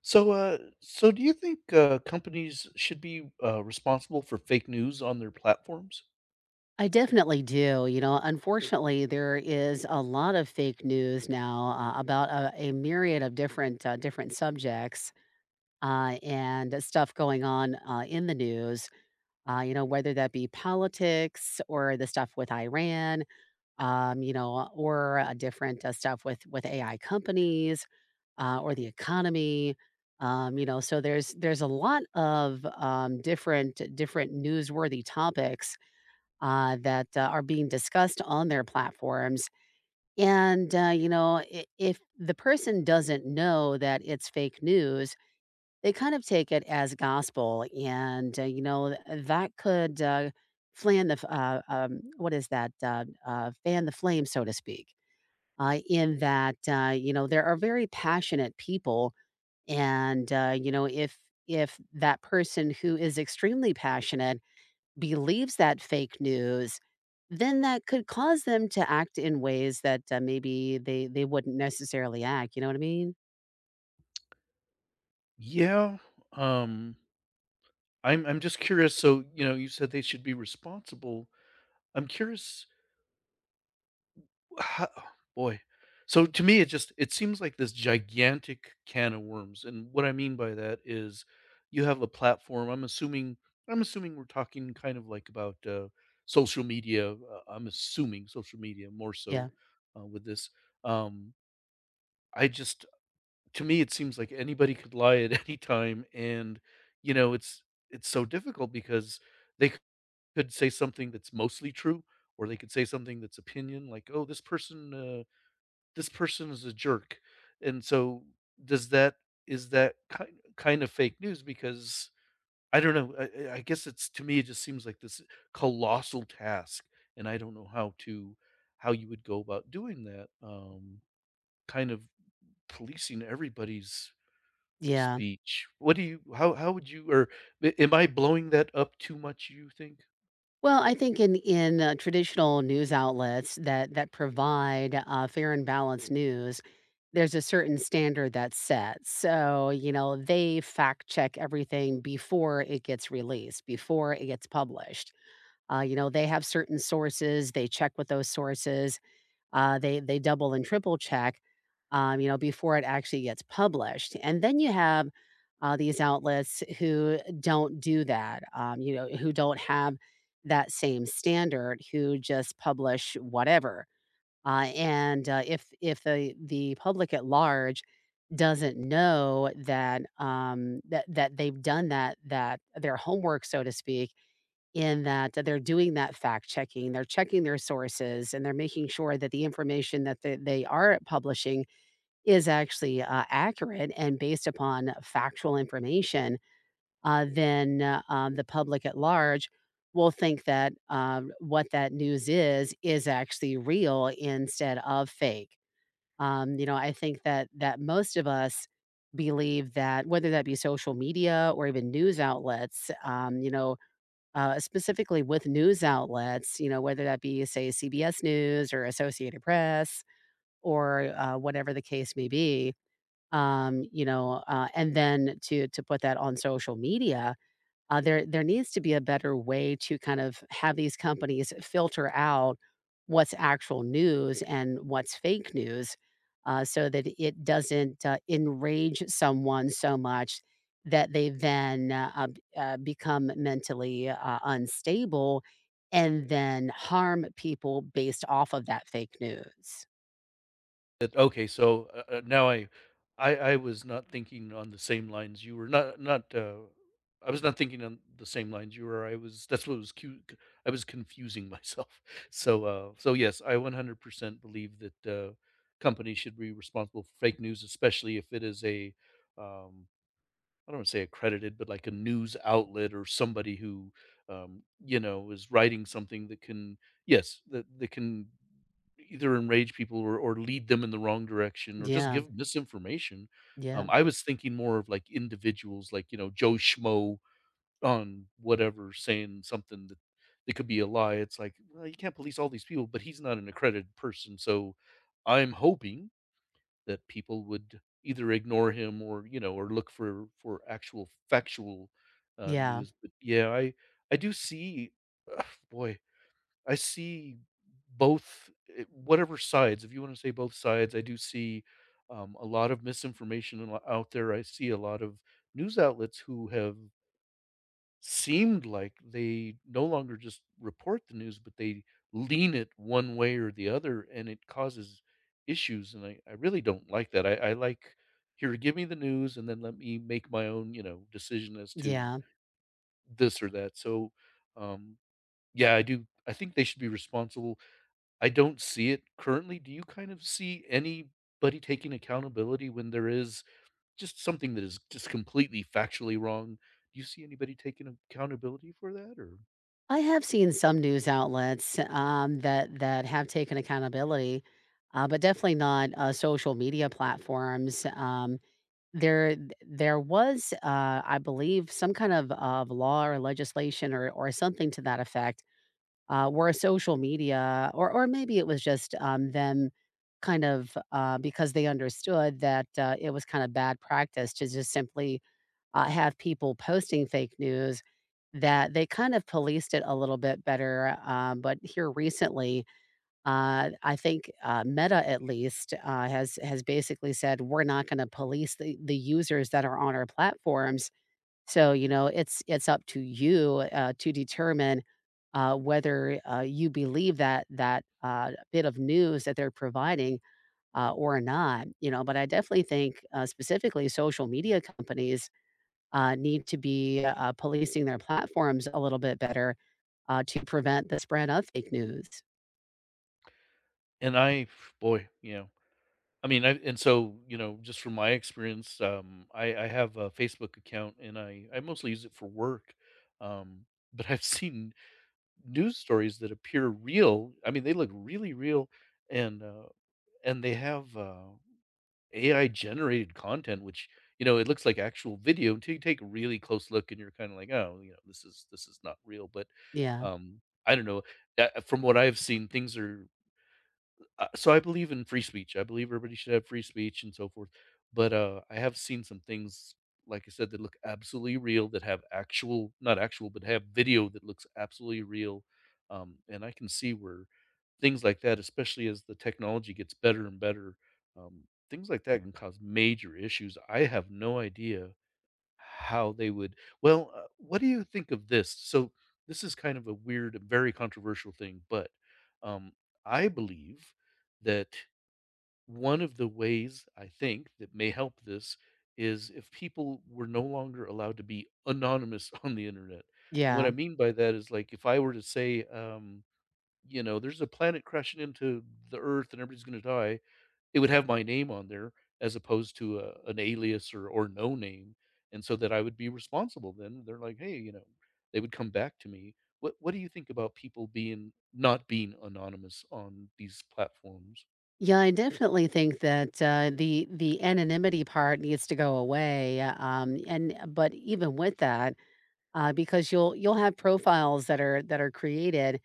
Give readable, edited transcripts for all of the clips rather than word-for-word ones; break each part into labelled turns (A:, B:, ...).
A: So do you think companies should be responsible for fake news on their platforms?
B: I definitely do. You know, unfortunately, there is a lot of fake news now, about a myriad of different subjects and stuff going on, in the news. You know, whether that be politics or the stuff with Iran, you know, or different stuff with AI companies or the economy. So there's a lot of different newsworthy topics that are being discussed on their platforms. And, you know, I- if the person doesn't know that it's fake news, they kind of take it as gospel. And, you know, th- that could what is that? Fan the flame, so to speak, in that, there are very passionate people. And, uh, you know, if, if that person who is extremely passionate believes that fake news, then that could cause them to act in ways that, maybe they wouldn't necessarily act, you know what I mean?
A: Yeah. Um, I'm just curious. So, you know, you said they should be responsible. I'm curious. Ho boy. So to me, it seems like this gigantic can of worms, and what I mean by that is you have a platform. I'm assuming we're talking kind of like about, social media, I'm assuming social media more
B: Yeah,
A: so, with this. Um, I just To me, it seems like anybody could lie at any time, and, you know, it's so difficult because they c- could say something that's mostly true, or they could say something that's opinion, like, "Oh, this person is a jerk." And so does that is that kind kind of fake news? Because I don't know, I guess it's to me it just seems like this colossal task, and I don't know how you would go about doing that. Kind of policing everybody's
B: yeah.
A: speech. What do you how would you? Or am I blowing that up too much, you think?
B: Well, I think in traditional news outlets that provide fair and balanced news, there's a certain standard that's set, so, you know, they fact check everything before it gets released, before it gets published. They have certain sources, they check with those sources. They double and triple check, before it actually gets published. And then you have these outlets who don't do that, who don't have that same standard, who just publish whatever. And If the public at large doesn't know that they've done that their homework, so to speak, in that they're doing that fact checking, they're checking their sources, and they're making sure that the information that they are publishing is actually accurate and based upon factual information, the public at large will think that what that news is actually real instead of fake. I think that most of us believe that, whether that be social media or even news outlets. Um, you know, specifically with news outlets, you know, whether that be, say, CBS News or Associated Press or whatever the case may be, and then to put that on social media, there needs to be a better way to kind of have these companies filter out what's actual news and what's fake news, so that it doesn't enrage someone so much that they then become mentally unstable and then harm people based off of that fake news.
A: It Okay, so, now I I was not thinking on the same lines you were. Not not, I was not thinking on the same lines you were, I was that's what was cu c I was confusing myself. So yes, I 100% believe that, companies should be responsible for fake news, especially if it is a, um I don't wanna say accredited, but like a news outlet or somebody who, you know, is writing something that can, yes, that that can either enrage people or lead them in the wrong direction or just
B: Yeah,
A: give misinformation.
B: yeah,
A: I was thinking more of like individuals, like, you know, Joe Schmo on whatever saying something that that could be a lie. It's like, well, you can't police all these people, but he's not an accredited person. So I'm hoping that people would either ignore him or, you know, or look for actual factual,
B: yeah,
A: news, but yeah, I do see, ugh, boy, I see both, whatever sides, if you wanna say both sides. I do see, a lot of misinformation a lot out there. I see a lot of news outlets who have seemed like they no longer just report the news, but they lean it one way or the other, and it causes issues. And I really don't like that. I like, here, give me the news, and then let me make my own, you know, decision as to
B: yeah.
A: this or that. So, um, yeah, I do. I think they should be responsible. I don't see it currently. Do you kind of see anybody taking accountability when there is just something that is just completely factually wrong? Do you see anybody taking accountability for that, or?
B: I have seen some news outlets, that have taken accountability, but definitely not social media platforms. There there was, I believe, some kind of law or legislation or something to that effect, where social media, or maybe it was just them, kind of, because they understood that, it was kinda bad practice to just simply have people posting fake news, that they kind of policed it a little bit better. But here recently, I think Meta at least has basically said we're not going to police the users that are on our platforms. So, you know, it's up to you, to determine whether you believe that bit of news that they're providing, or not. You know, but I definitely think, specifically social media companies need to be policing their platforms a little bit better, to prevent the spread of fake news.
A: And I you know, I mean, I and so, you know, just from my experience, I have a Facebook account and I mostly use it for work. Um, but I've seen news stories that appear real. I mean, they look really real, and uh and they have AI generated content which, you know, it looks like actual video until you take a really close look and you're kind of like, "Oh, you know, this is not real." But
B: Yeah,
A: um I don't know. From what I've seen, things are so, I believe in free speech. I believe everybody should have free speech and so forth. But I have seen some things, like I said, that look absolutely real, that have actual, not actual, but have video that looks absolutely real. And I can see where things like that, especially as the technology gets better and better, um, things like that can cause major issues. I have no idea how they would. Well, what do you think of this? So, this is kind of a weird and very controversial thing, but, um, I believe that one of the ways I think that may help this is if people were no longer allowed to be anonymous on the Internet, and what
B: yeah.
A: I mean by that is, like, if I were to say, you know, "There's a planet crashing into the Earth and everybody's gonna die." It would have my name on there as opposed to a, an alias or no name, and so that I would be responsible. Then they're like, hey, you know, they would come back to me. What do you think about people being, not being anonymous on these platforms?
B: Yeah, I definitely think that the anonymity part needs to go away, and but even with that, because you'll have profiles that are created,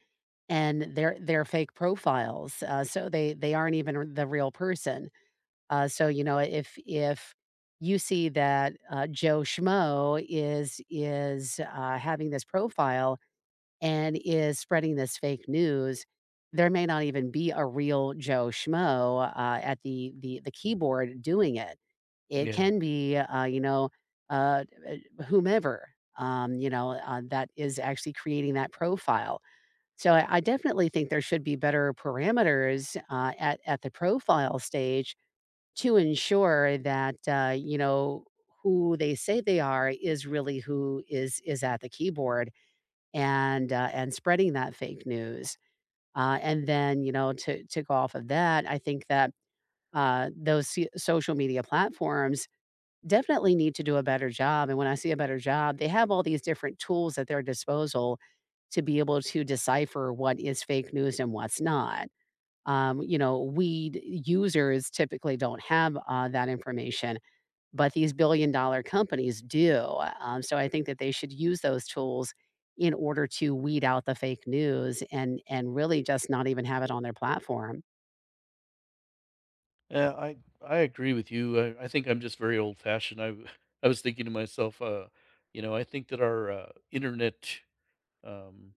B: and they're fake profiles, so they aren't even the real person. So you know, if you see that, Joe Schmo is having this profile and is spreading this fake news, there may not even be a real Joe Schmo at the the keyboard doing it. It
A: Yeah,
B: can be, whomever that is actually creating that profile. So I definitely think there should be better parameters at the profile stage to ensure that, who they say they are is really who is at the keyboard and, and spreading that fake news. And then, you know, to go off of that, I think that those social media platforms definitely need to do a better job. And when I see a better job, they have all these different tools at their disposal to be able to decipher what is fake news and what's not. Users typically don't have that information, but these billion dollar companies do. So I think that they should use those tools in order to weed out the fake news, and really just not even have it on their platform.
A: yeah, I agree with you. I think I'm just very old fashioned. I was thinking to myself, you know, I think that our internet um,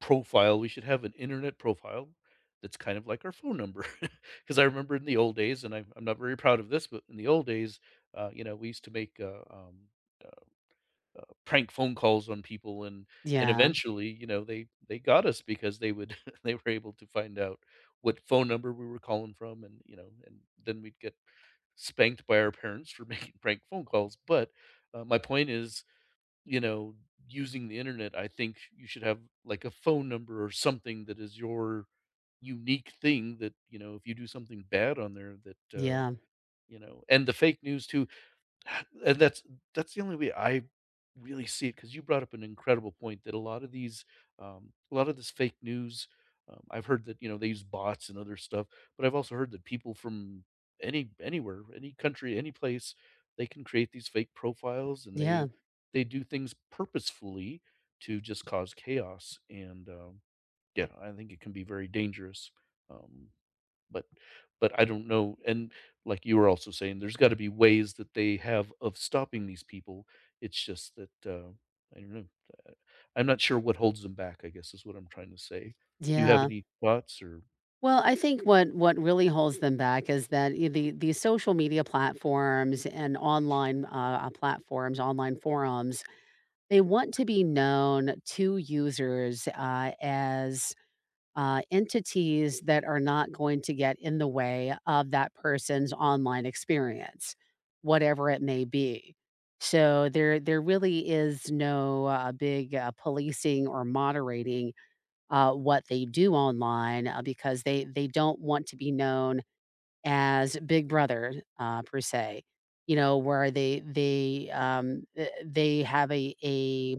A: profile, we should have an internet profile that's kind of like our phone number. Because I remember in the old days, and I'm not very proud of this, but in the old days, you know, we used to make, uh, prank phone calls on people, and
B: Yeah.
A: eventually, you know, they got us because they would they were able to find out what phone number we were calling from, and, you know, and then we'd get spanked by our parents for making prank phone calls, but, my point is, you know, using the internet, I think you should have like a phone number or something that is your unique thing that, you know, if you do something bad on there that,
B: Yeah.
A: you know, and the fake news too, and that's the only way I really see it, because you brought up an incredible point that a lot of these, a lot of this fake news, I've heard that, you know, they use bots and other stuff, but I've also heard that people from anywhere, any country, any place, they can create these fake profiles and
B: Yeah.
A: they do things purposefully to just cause chaos and, yeah, I think it can be very dangerous, um, but but I don't know, and like you were also saying, there's gotta be ways that they have of stopping these people. It's just that, I don't know, uh, I'm not sure what holds them back, I guess, is what I'm trying to say. Do you have
B: Yeah.
A: any thoughts, or?
B: Well, I think what really holds them back is that, the social media platforms and online platforms, online forums, they want to be known to users as entities that are not going to get in the way of that person's online experience, whatever it may be. So there really is no big policing or moderating what they do online, because they don't want to be known as Big Brother, per se. You know, where they have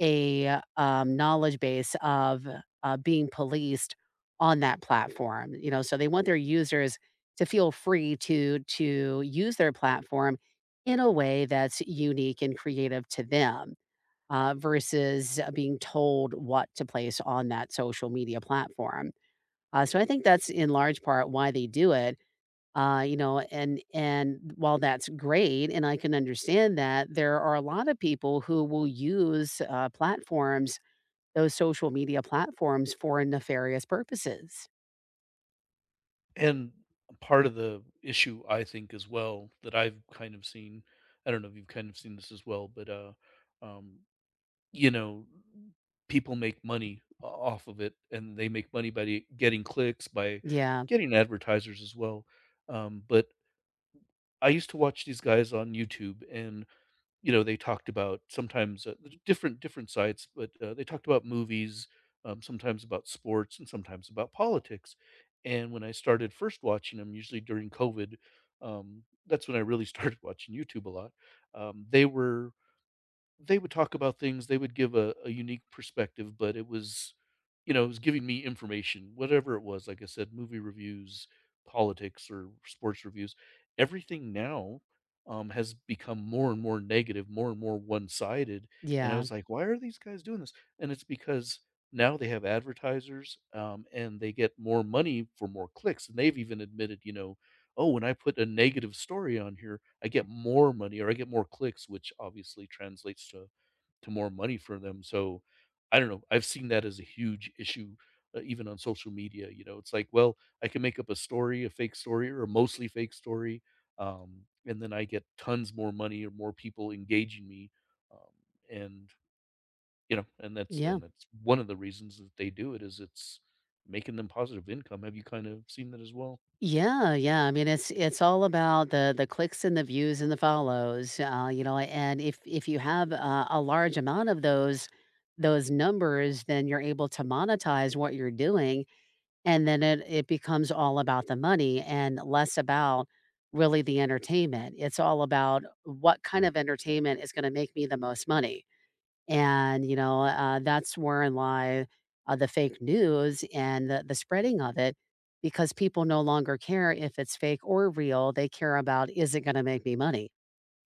B: a, knowledge base of being policed on that platform. You know, so they want their users to feel free to use their platform in a way that's unique and creative to them, versus being told what to place on that social media platform. So I think that's in large part why they do it. And while that's great, and I can understand that, there are a lot of people who will use, platforms those social media platforms for nefarious purposes.
A: And part of the issue, I think, as well, that I've kind of seen, I don't know if you've kind of seen this as well, but, um you know, people make money o off of it, and they make money by getting clicks, by
B: Yeah,
A: getting advertisers as well, but I used to watch these guys on YouTube, and, you know, they talked about sometimes, different sites, but, they talked about movies, sometimes about sports, and sometimes about politics, and when I started first watching them, usually during COVID, that's when I really started watching YouTube a lot, they were, they would talk about things, they would give a unique perspective, but it was, you know, it was giving me information, whatever it was, like I said, movie reviews, politics or sports reviews. Everything now, has become more and more negative, more and more one-sided, and I
B: yeah,
A: was like, "Why are these guys doing this?" And it's because now they have advertisers, and they get more money for more clicks, and they've even admitted, you know, "Oh, when I put a negative story on here, I get more money or I get more clicks," which obviously translates to more money for them. So I don't know. I've seen that as a huge issue, even on social media. You know, it's like, well, I can make up a story, a fake story, or a mostly fake story, and then I get tons more money or more people engaging me, um, and you know, and
B: yeah.
A: that's one of the reasons that they do it, is it's making them positive income. Have you kind of seen that as well?
B: Yeah, yeah. I mean, it's all about the clicks and the views and the follows, you know. And if you have a large amount of those numbers, then you're able to monetize what you're doing, and then it becomes all about the money and less about really the entertainment. It's all about what kind of entertainment is going to make me the most money. That's where lie, the fake news and the spreading of it, because people no longer care if it's fake or real. They care about, is it going to make me money?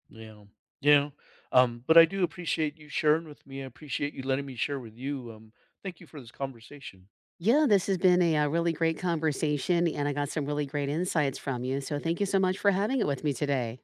A: Yeah. Yeah. But I do appreciate you sharing with me. I appreciate you letting me share with you. Thank you for this conversation.
B: Yeah, this has been a, really great conversation, and I got some really great insights from you. So thank you so much for having it with me today.